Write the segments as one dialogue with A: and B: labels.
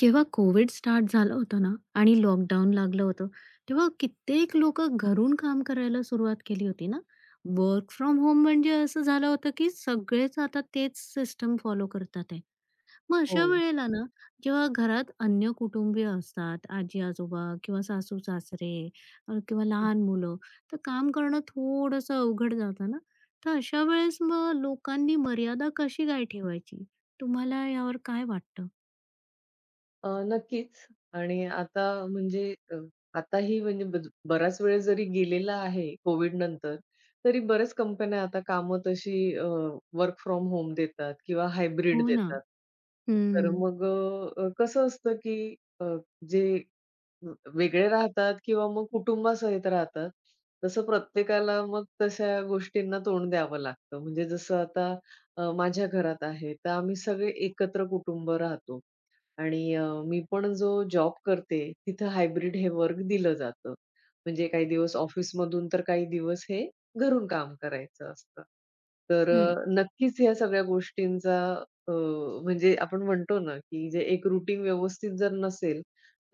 A: जेव्हा Covid start झालं होतं ना आणि लॉकडाऊन लागलं होतं, तेव्हा कित्येक लोकं घरून काम करायला सुरुवात केली होती ना. वर्क फ्रॉम होम म्हणजे असं झालं होतं, की सगळेच आता तेच सिस्टम फॉलो करतात आहे. मग
B: हो.
A: अशा वेळेला ना, जेव्हा घरात अन्य कुटुंबीय असतात, आजी-आजोबा किंवा सासू-सासरे किंवा लहान मुलं, तर काम करणं थोडंसं अवघड जातं ना. तर अशा वेळेस मग लोकांनी मर्यादा कशी काय ठेवायची? तुम्हाला यावर काय वाटतं?
B: नक्कीच आणि आता म्हणजे अ, आताही म्हणजे बराच वेळ जरी गेलेला आहे कोविड नंतर, तरी बऱ्याच कंपन्या आता कामं तशी वर्क फ्रॉम होम देतात किंवा हायब्रिड
A: हो ना.
B: देतात. तर
A: हं.
B: मग कसं असतं की अ, जे व वेगळे राहतात किंवा मग कुटुंबासहित राहतात, तसं प्रत्येकाला मग तशा गोष्टींना तोंड द्यावं लागतं. म्हणजे जसं आता माझ्या घरात आहे, तर आम्ही सगळे एकत्र कुटुंब राहतो. आणि मी पण जो जॉब करते, तिथं हायब्रिड हे वर्क दिलं जातं. म्हणजे काही दिवस ऑफिसमधून तर काही दिवस हे घरून काम करायचं असतं. तर
A: हं,
B: नक्कीच या सगळ्या गोष्टींचा अ, म्हणजे आपण म्हणतो ना, की जे एक रूटीन व्यवस्थित जर नसेल,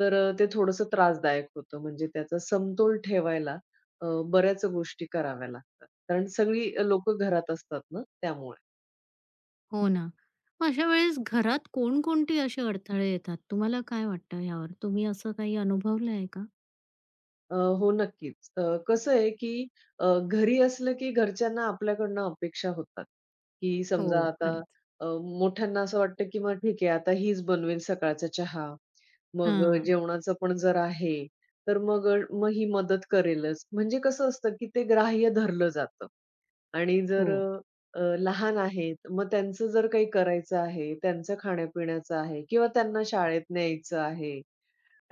B: तर ते थोडंसं त्रासदायक होतं. म्हणजे त्याचा समतोल ठेवायला अ, बऱ्याच गोष्टी कराव्या लागतात. कारण सगळी लोकं घरात असतात ना त्यामुळे.
A: हो ना. मग अशा वेळेस घरात कोणकोणती असे अडथळे येतात? तुम्हाला काय वाटतं यावर? तुम्ही असं काही अनुभवलं आहे का?
B: अ, हो, नक्कीच. कसं आहे, की घरी असलं की घरच्यांना आपल्याकडनं अपेक्षा होतात, की
A: हो,
B: समजा आता
A: खरंच.
B: अ, मोठ्यांना असं वाटतं, की मग ठीक आहे आता हीच बनवेल सकाळचा चहा. मग
A: हां.
B: जेवणाचं पण जर आहे, तर मग ही मदत करेलच. म्हणजे कसं असतं, की ते ग्राह्य धरलं जातं आणि
A: हो.
B: जर लहान आहेत, मग त्यांचं जर काही करायचं आहे, त्यांचं खाण्यापिण्याचं आहे किंवा त्यांना शाळेत न्यायचं आहे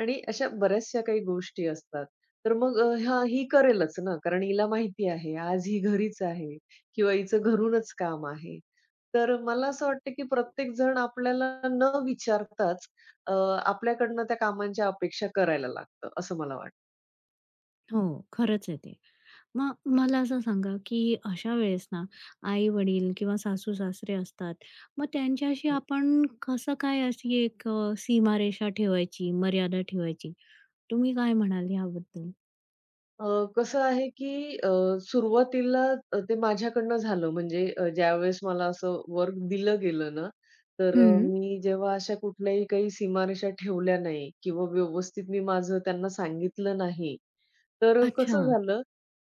B: आणि अशा बऱ्याचशा काही गोष्टी असतात. तर मग हां, ही करेलच ना, कारण हिला माहिती आहे, आज ही घरीच आहे किंवा हिचं घरूनच काम आहे. तर मला असं वाटतं, की प्रत्येक जण आपल्याला न विचारताच अ, आपल्याकडनं त्या कामांच्या अपेक्षा करायला लागतं, असं मला वाटतं.
A: हो, खरंच आहे ते. मग मला असं सांगा, की अशा वेळेस ना आई-वडील किंवा सासू-सासरे असतात. मग त्यांच्याशी आपण कसं काय अशी एक सीमारेषा ठेवायची, मर्यादा ठेवायची? तुम्ही काय म्हणाल याबद्दल?
B: अ, कसं आहे, की सुरुवातीला ते माझ्याकडनं झालं म्हणजे ज्यावेळेस मला असं वर्क दिलं गेलं ना, तर
A: हं.
B: मी जेव्हा अशा कुठल्याही काही सीमारेषा ठेवल्या नाही किंवा व्यवस्थित मी माझं त्यांना सांगितलं नाही, तर
A: अच्छा.
B: कसं झालं,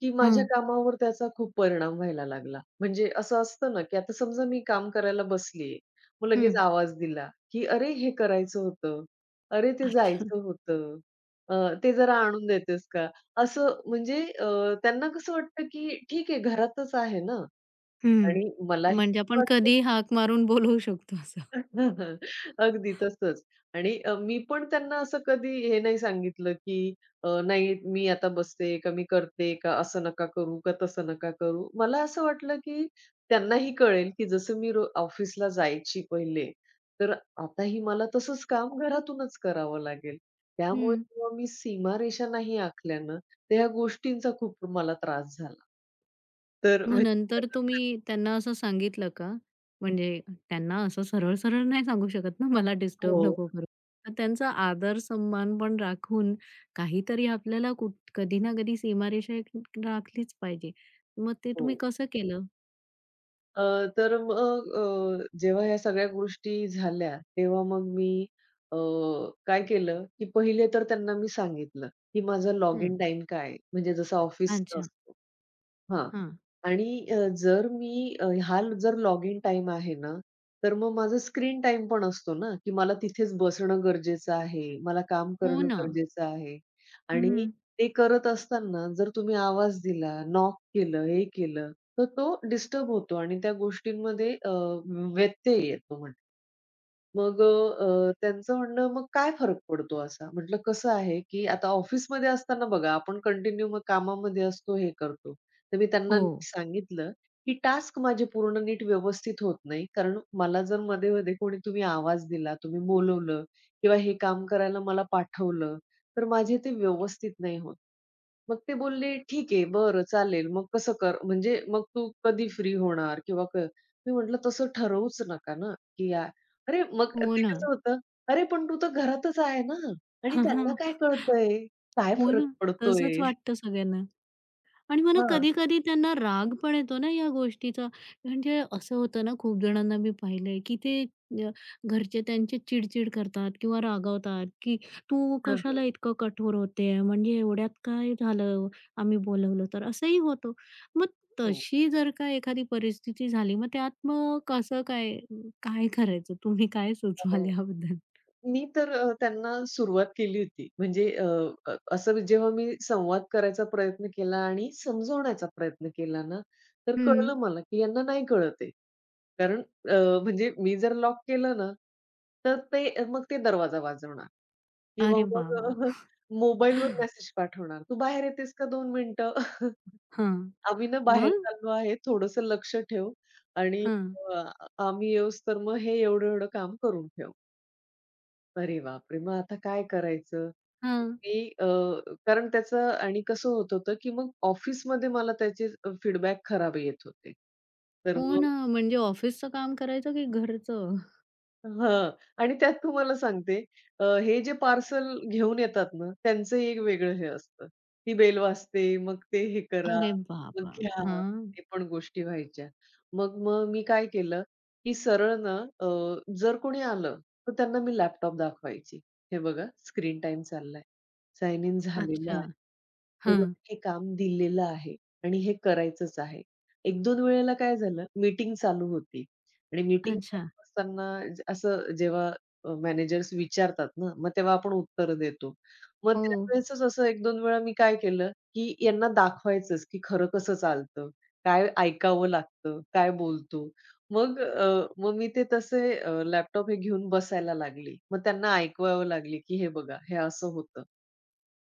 B: की माझ्या
A: हां.
B: कामावर त्याचा खूप परिणाम व्हायला लागला. म्हणजे असं असतं ना, की आता समजा मी काम करायला बसलीये, मग लगेच
A: हं.
B: आवाज दिला, की "अरे, हे करायचं होतं. अरे, ते
A: अच्छा.
B: जायचं होतं. अ, ते जरा आणून देतेस का?" असं म्हणजे त्यांना कसं वाटतं, की ठीक आहे घरातच आहे ना
A: हं.
B: आणि मलाही
A: म्हणजे
B: असं
A: आपण
B: वाटतं,
A: कधीही हाक मारून बोलवू शकतो असं.
B: अगदी तसंच. आणि मी पण त्यांना असं कधी हे नाही सांगितलं, की नाही मी आता बसते का मी करते का असं नका करू का तसं नका करू. मला असं वाटलं, की त्यांनाही कळेल, की जसं मी ऑफिसला जायची पहिले, तर आताही मला तसंच काम घरातूनच करावं लागेल. त्यामुळे
A: हं.
B: जेव्हा मी सीमारेषा नाही आखल्या ना, गोष्टींचा खूप मला त्रास झाला. तर
A: मग
B: म्हणजे
A: नंतर तुम्ही त्यांना असं सांगितलं का? म्हणजे त्यांना असं सरळ-सरळ नाही सांगू शकत ना, मला डिस्टर्ब
B: हो,
A: नको करू. तर त्यांचा आदर सन्मान पण राखून काहीतरी आपल्याला कुठ कधी ना कधी सीमारेषा एक राखलीच पाहिजे. मग ते
B: हो.
A: तुम्ही कसं केलं?
B: अ, तर मग जेव्हा ह्या सगळ्या गोष्टी झाल्या, तेव्हा मग मी अ, काय केलं, की पहिले तर त्यांना मी सांगितलं, की माझा लॉगिन
A: हं.
B: टाईम काय आहे? म्हणजे जसा ऑफिसचा
A: अच्छा.
B: असतो. हां.
A: हां.
B: आणि जर मी हा जर लॉगिन टाइम आहे ना, तर मग माझा स्क्रीन टाइम पण असतो ना, की मला तिथेच बसणं गरजेचं आहे. मला काम
A: हो
B: करणं
A: ना.
B: गरजेचं आहे. आणि
A: हं.
B: ते करत असताना जर तुम्ही आवाज दिला, नॉक केलं, हे केलं, तर तो डिस्टर्ब होतो आणि त्या गोष्टींमध्ये व्यत्यय येतो. मग त्यांचं म्हणणं, "मग काय फरक पडतो असा?" म्हटलं, "कसं आहे, की आता ऑफिसमध्ये असताना बघा आपण कंटिन्यू मग कामामध्ये असतो, हे करतो." तर मी त्यांना
A: हो.
B: नीट सांगितलं, की टास्क माझे पूर्ण नीट व्यवस्थित होत नाही. कारण मला जर मध्ये-मध्ये कोणी तुम्ही आवाज दिला, तुम्ही बोलवलं किंवा हे काम करायला मला पाठवलं, तर माझे ते व्यवस्थित नाही होत. मग ते बोलले, "ठीक आहे, बरं चालेल. मग कसं कर म्हणजे मग तू कधी फ्री होणार किंवा क" मी म्हटलं, "तसं ठरवूच नका ना, की या" अरे मग
A: हो
B: ते
A: ना.
B: कसं होतं, "अरे पण तू तर घरातच आहे ना आणि त्यांना काय कळतंय? काय
A: हो ना.
B: फरक
A: तसंच
B: पडतोय?"
A: वाटतं सगळ्यांना. आणि मला
B: हां.
A: कधी-कधी त्यांना राग पण येतो ना या गोष्टीचा. म्हणजे असं होतं ना, खूप जणांना मी पाहिलंय, की ते अ, घरचे त्यांचे चिड-चिड करतात किंवा रागवतात, की "तू
B: हां, हां.
A: कशाला इतकं कठोर होते? म्हणजे एवढ्यात काय झालं? आम्ही बोलवलं तर." असंही होतं. मग
B: हो.
A: तशी जर का एखादी परिस्थिती झाली, मग त्यात मग कसं काय काय करायचं? तुम्ही काय
B: हो.
A: सुचवाल याबद्दल?
B: मी तर त्यांना सुरुवात केली होती. म्हणजे अ, अ, असं जेव्हा मी संवाद करायचा प्रयत्न केला आणि समजवण्याचा प्रयत्न केला ना, तर कळलं
A: हं.
B: मला, की यांना नाही कळत आहे. कारण अ, म्हणजे मी जर लॉक केलं ना, तर ते मग ते दरवाजा वाजवणार किंवा
A: अरे वाह! वाह!
B: मग मोबाईलवर मेसेज पाठवणार, "तू बाहेर येतेस का 2 मिनिटं?
A: हां.
B: आम्ही ना बाहेर
A: मग?
B: चाललो आहे, थोडंसं लक्ष ठेव आणि
A: हां.
B: अ, आम्ही येऊस तर मग हे एवढं-एवढं काम करून ठेव." अरे बापरे! मग आता काय करायचं?
A: हां.
B: मी कारण त्याचं आणि कसं होत होतं, की मग ऑफिसमध्ये मला त्याचे फीडबॅक खराब येत होते. तर
A: हो
B: मग
A: ना, म्हणजे ऑफिसचं काम करायचं की घरचं?
B: हां. आणि त्यात तुम्हाला सांगते हे जे पार्सल घेऊन येतात ना, त्यांचं एक वेगळं हे असतं. ती बेल वाजते, मग ते हे करा,
A: अरे
B: मग
A: बाबा!
B: घ्या.
A: हां.
B: ते पण गोष्टी व्हायच्या. मग मग मी काय केलं, की सरळ ना जर कोणी आलं, तर त्यांना मी लॅपटॉप दाखवायची. हे बघा स्क्रीन टाईम चाललाय. साइन इन झालेलं
A: अच्छा.
B: हे बघ,
A: हां.
B: हे काम दिलेलं आहे आणि हे करायचंच आहे. एक 2 वेळेला काय झालं, मीटिंग चालू होती आणि मीटिंग
A: अच्छा.
B: चालू असताना असं जेव्हा मॅनेजर्स विचारतात ना, मग तेव्हा आपण उत्तर देतो. मग
A: हो.
B: त्यावेळेसच असं 1-2 वेळा मी काय केलं, की यांना दाखवायचंच, की खरं कसं चालतं, काय ऐकावं लागतं, काय बोलतो. मग मी ते तसे लॅपटॉप हे घेऊन बसायला लागली. मग त्यांना ऐकवावं लागली, की "हे बघा, हे असं होतं."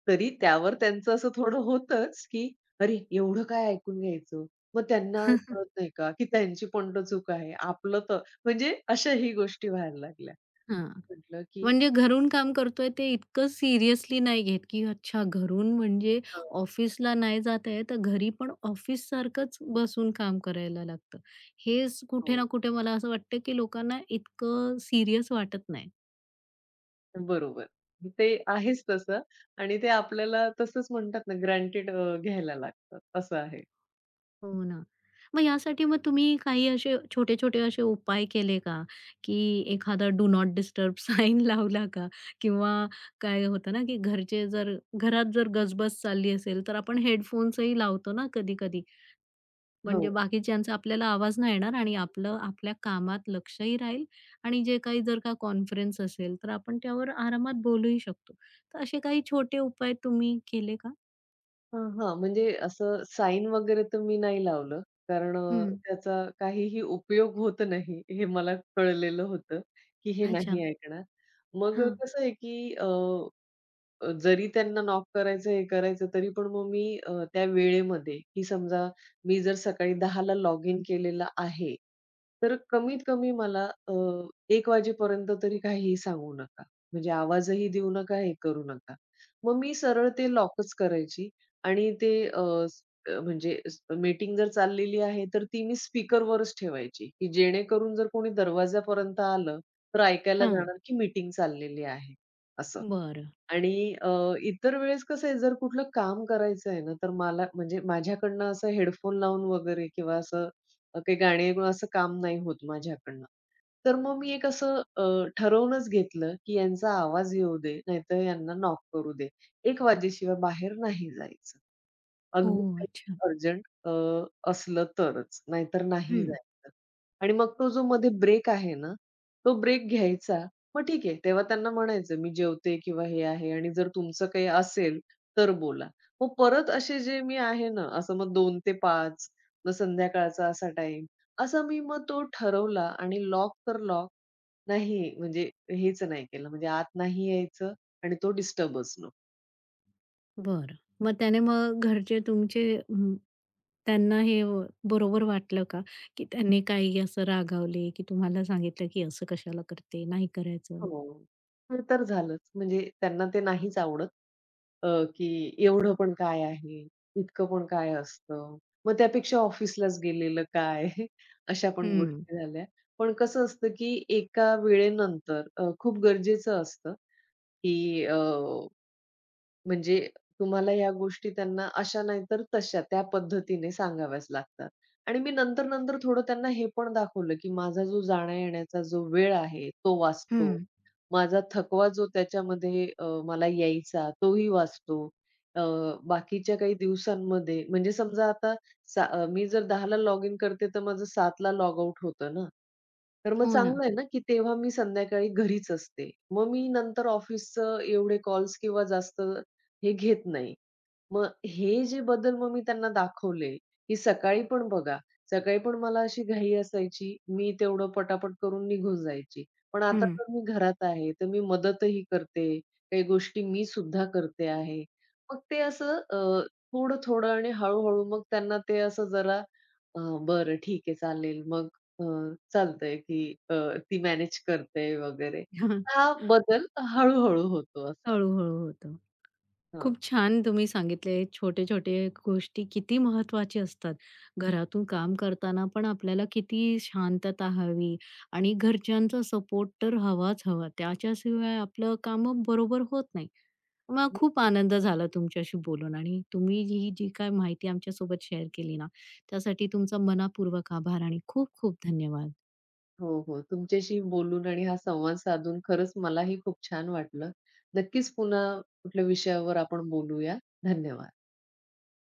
B: तरी त्यावर त्यांचं असं थोडं होतंच, की "अरे, एवढं काय ऐकून घ्यायचं?" मग त्यांना कळत नाही का, की त्यांची पण तर चूक आहे. आपलं तर म्हणजे अशाही गोष्टी व्हायला लागल्या.
A: हां.
B: म्हटलं, की
A: म्हणजे घरून काम करतोय ते इतकं सिरियसली नाही घेत, की अच्छा घरून म्हणजे
B: हां,
A: ऑफिसला नाही जात आहे, तर घरी पण ऑफिससारखंच बसून काम करायला लागतं. हेच
B: हो,
A: कुठे ना कुठे मला असं वाटतं, की लोकांना इतकं सीरियस वाटत नाही.
B: बरोबर. ते आहेच तसं आणि ते आपल्याला तसंच म्हणतात ना, ग्रँटेड घ्यायला लागतं. असं आहे.
A: हो ना. मग यासाठी मग तुम्ही काही असे छोटे-छोटे असे उपाय केले का? की एखादा डू नॉट डिस्टर्ब साइन लावला का? किंवा काय होतं ना, की घरचे जर घरात जर गजबज चालली असेल, तर आपण हेडफोन्सही लावतो ना कधी-कधी. म्हणजे
B: हो.
A: बाकीच्यांचा आपल्याला आवाज नाही येणार आणि आपलं आपल्या कामात लक्षही राहील आणि जे काही जर का कॉन्फरन्स असेल, तर आपण त्यावर आरामात बोलूही शकतो. तर असे काही छोटे उपाय तुम्ही केले का?
B: हां, हां. म्हणजे असं साईन वगैरे तर मी नाही लावलं. कारण
A: हं.
B: त्याचा काहीही उपयोग होत नाही, हे मला कळलेलं होतं, की हे
A: अच्छा.
B: नाही ऐकणार. मग
A: हां.
B: कसं आहे, की जरी त्यांना नॉक करायचं, हे करायचं, तरी पण मग मी त्या वेळेमध्ये, की समजा मी जर सकाळी 10ला लॉग इन केलेला आहे, तर कमीत कमी मला 1:00 वाजेपर्यंत तरी काहीही सांगू नका. म्हणजे आवाजही देऊ नका, हे करू नका. मग मी सरळ ते लॉकच करायची आणि ते स म्हणजे मीटिंग जर चाललेली आहे, तर ती मी स्पीकरवरच ठेवायची, की जेणेकरून जर कोणी दरवाजापर्यंत आलं, तर ऐकायला
A: हां.
B: जाणार, की मीटिंग चाललेली आहे, असं.
A: बरं.
B: आणि अ, इतर वेळेस कसं आहे जर कुठलं काम करायचं आहे ना, तर मला म्हणजे माझ्याकडनं असं हेडफोन लावून वगैरे किंवा असं काही गाणी ऐकून असं काम नाही होत माझ्याकडनं. तर मग मी एक असं ठरवूनच घेतलं, की यांचा आवाज येऊ दे, नाहीतर यांना नॉक करू दे. एक वाजेशिवाय बाहेर नाही जायचं. अगदी
A: ओह! अच्छा.
B: काहीतरी अर्जंट अ, असलं तरच, नाहीतर नाही हं.
A: हं,
B: जायचं. आणि मग तो जो मध्ये ब्रेक आहे ना, तो ब्रेक घ्यायचा. मग ठीक आहे, तेव्हा त्यांना म्हणायचं, "मी जेवते" किंवा हे आहे आणि जर तुमचं काही असेल तर बोला. मग परत असे जे मी आहे ना, असं मग 2:00 ते 5:00 मग संध्याकाळचा असा टाईम, असा मी मग तो ठरवला आणि लॉक तर लॉक नाही म्हणजे हेच नाही केलं. म्हणजे आत नाही यायचं आणि तो डिस्टर्बच
A: बरं. मग त्याने मग घरचे तुमचे अं, त्यांना हे व बरोबर वाटलं का? की त्यांनी काही असं रागावले, की तुम्हाला सांगितलं की असं कशाला करते, नाही करायचं?
B: हो. ते तर झालंच. म्हणजे त्यांना ते नाहीच आवडत अ, की एवढं पण काय आहे? इतकं पण काय असतं? मग त्यापेक्षा ऑफिसलाच गेलेलं काय? अशा पण
A: हं,
B: गोष्टी झाल्या. पण कसं असतं, की एका वेळेनंतर खूप गरजेचं असतं, की अ म्हणजे तुम्हाला या गोष्टी त्यांना अशा नाहीतर तशा, त्या पद्धतीने सांगाव्याच लागतात. आणि मी नंतर-नंतर थोडं त्यांना हे पण दाखवलं, की माझा जो जाण्या-येण्याचा जो वेळ आहे, तो
A: हं.
B: वाचतो. माझा थकवा जो त्याच्यामध्ये मला यायचा, तोही वाचतो. अ, बाकीच्या काही दिवसांमध्ये म्हणजे समजा आता मी जर 10:00 लॉग इन करते, तर माझं 7:00 लॉग आउट होतं ना. तर मग
A: हो ना.
B: चांगलं आहे ना, की तेव्हा मी संध्याकाळी घरीच असते. मग मी नंतर ऑफिसचं एवढे कॉल्स किंवा जास्त हे घेत नाही. मग हे जे बदल मग मी त्यांना दाखवले, की सकाळी पण बघा, सकाळी पण मला अशी घाई असायची, मी तेवढं पटापट करून निघून जायची. पण आता
A: हं.
B: तर मी घरात आहे, तर मी मदतही करते, काही गोष्टी मी सुद्धा करते आहे. मग ते असं थोडं-थोडं आणि हळू मग त्यांना ते असं जरा अ, बरं ठीक आहे चालेल. मग अ, चालतंय की ती मॅनेज करते वगैरे.
A: हां,
B: हा बदल हळू होतो असा.
A: हळू होतं. खूप
B: हां.
A: छान तुम्ही सांगितले. छोटे-छोटे गोष्टी किती महत्त्वाचे असतात. घरातून काम करताना पण आपल्याला किती शांतता हवी आणि घरच्यांचा सपोर्ट तर हवाच हवा. त्याच्याशिवाय आपलं कामं बरोबर होत नाही. मग खूप आनंद झाला तुमच्याशी बोलून आणि तुम्ही ही जी काही माहिती आमच्यासोबत शेअर केली ना, त्यासाठी तुमचा मनःपूर्वक आभार आणि खूप खूप धन्यवाद.
B: हो, हो. तुमच्याशी बोलून आणि हा संवाद साधून खरंच मलाही खूप छान वाटलं. नक्कीच पुन्हा कुठल्या विषयावर आपण बोलूया. धन्यवाद.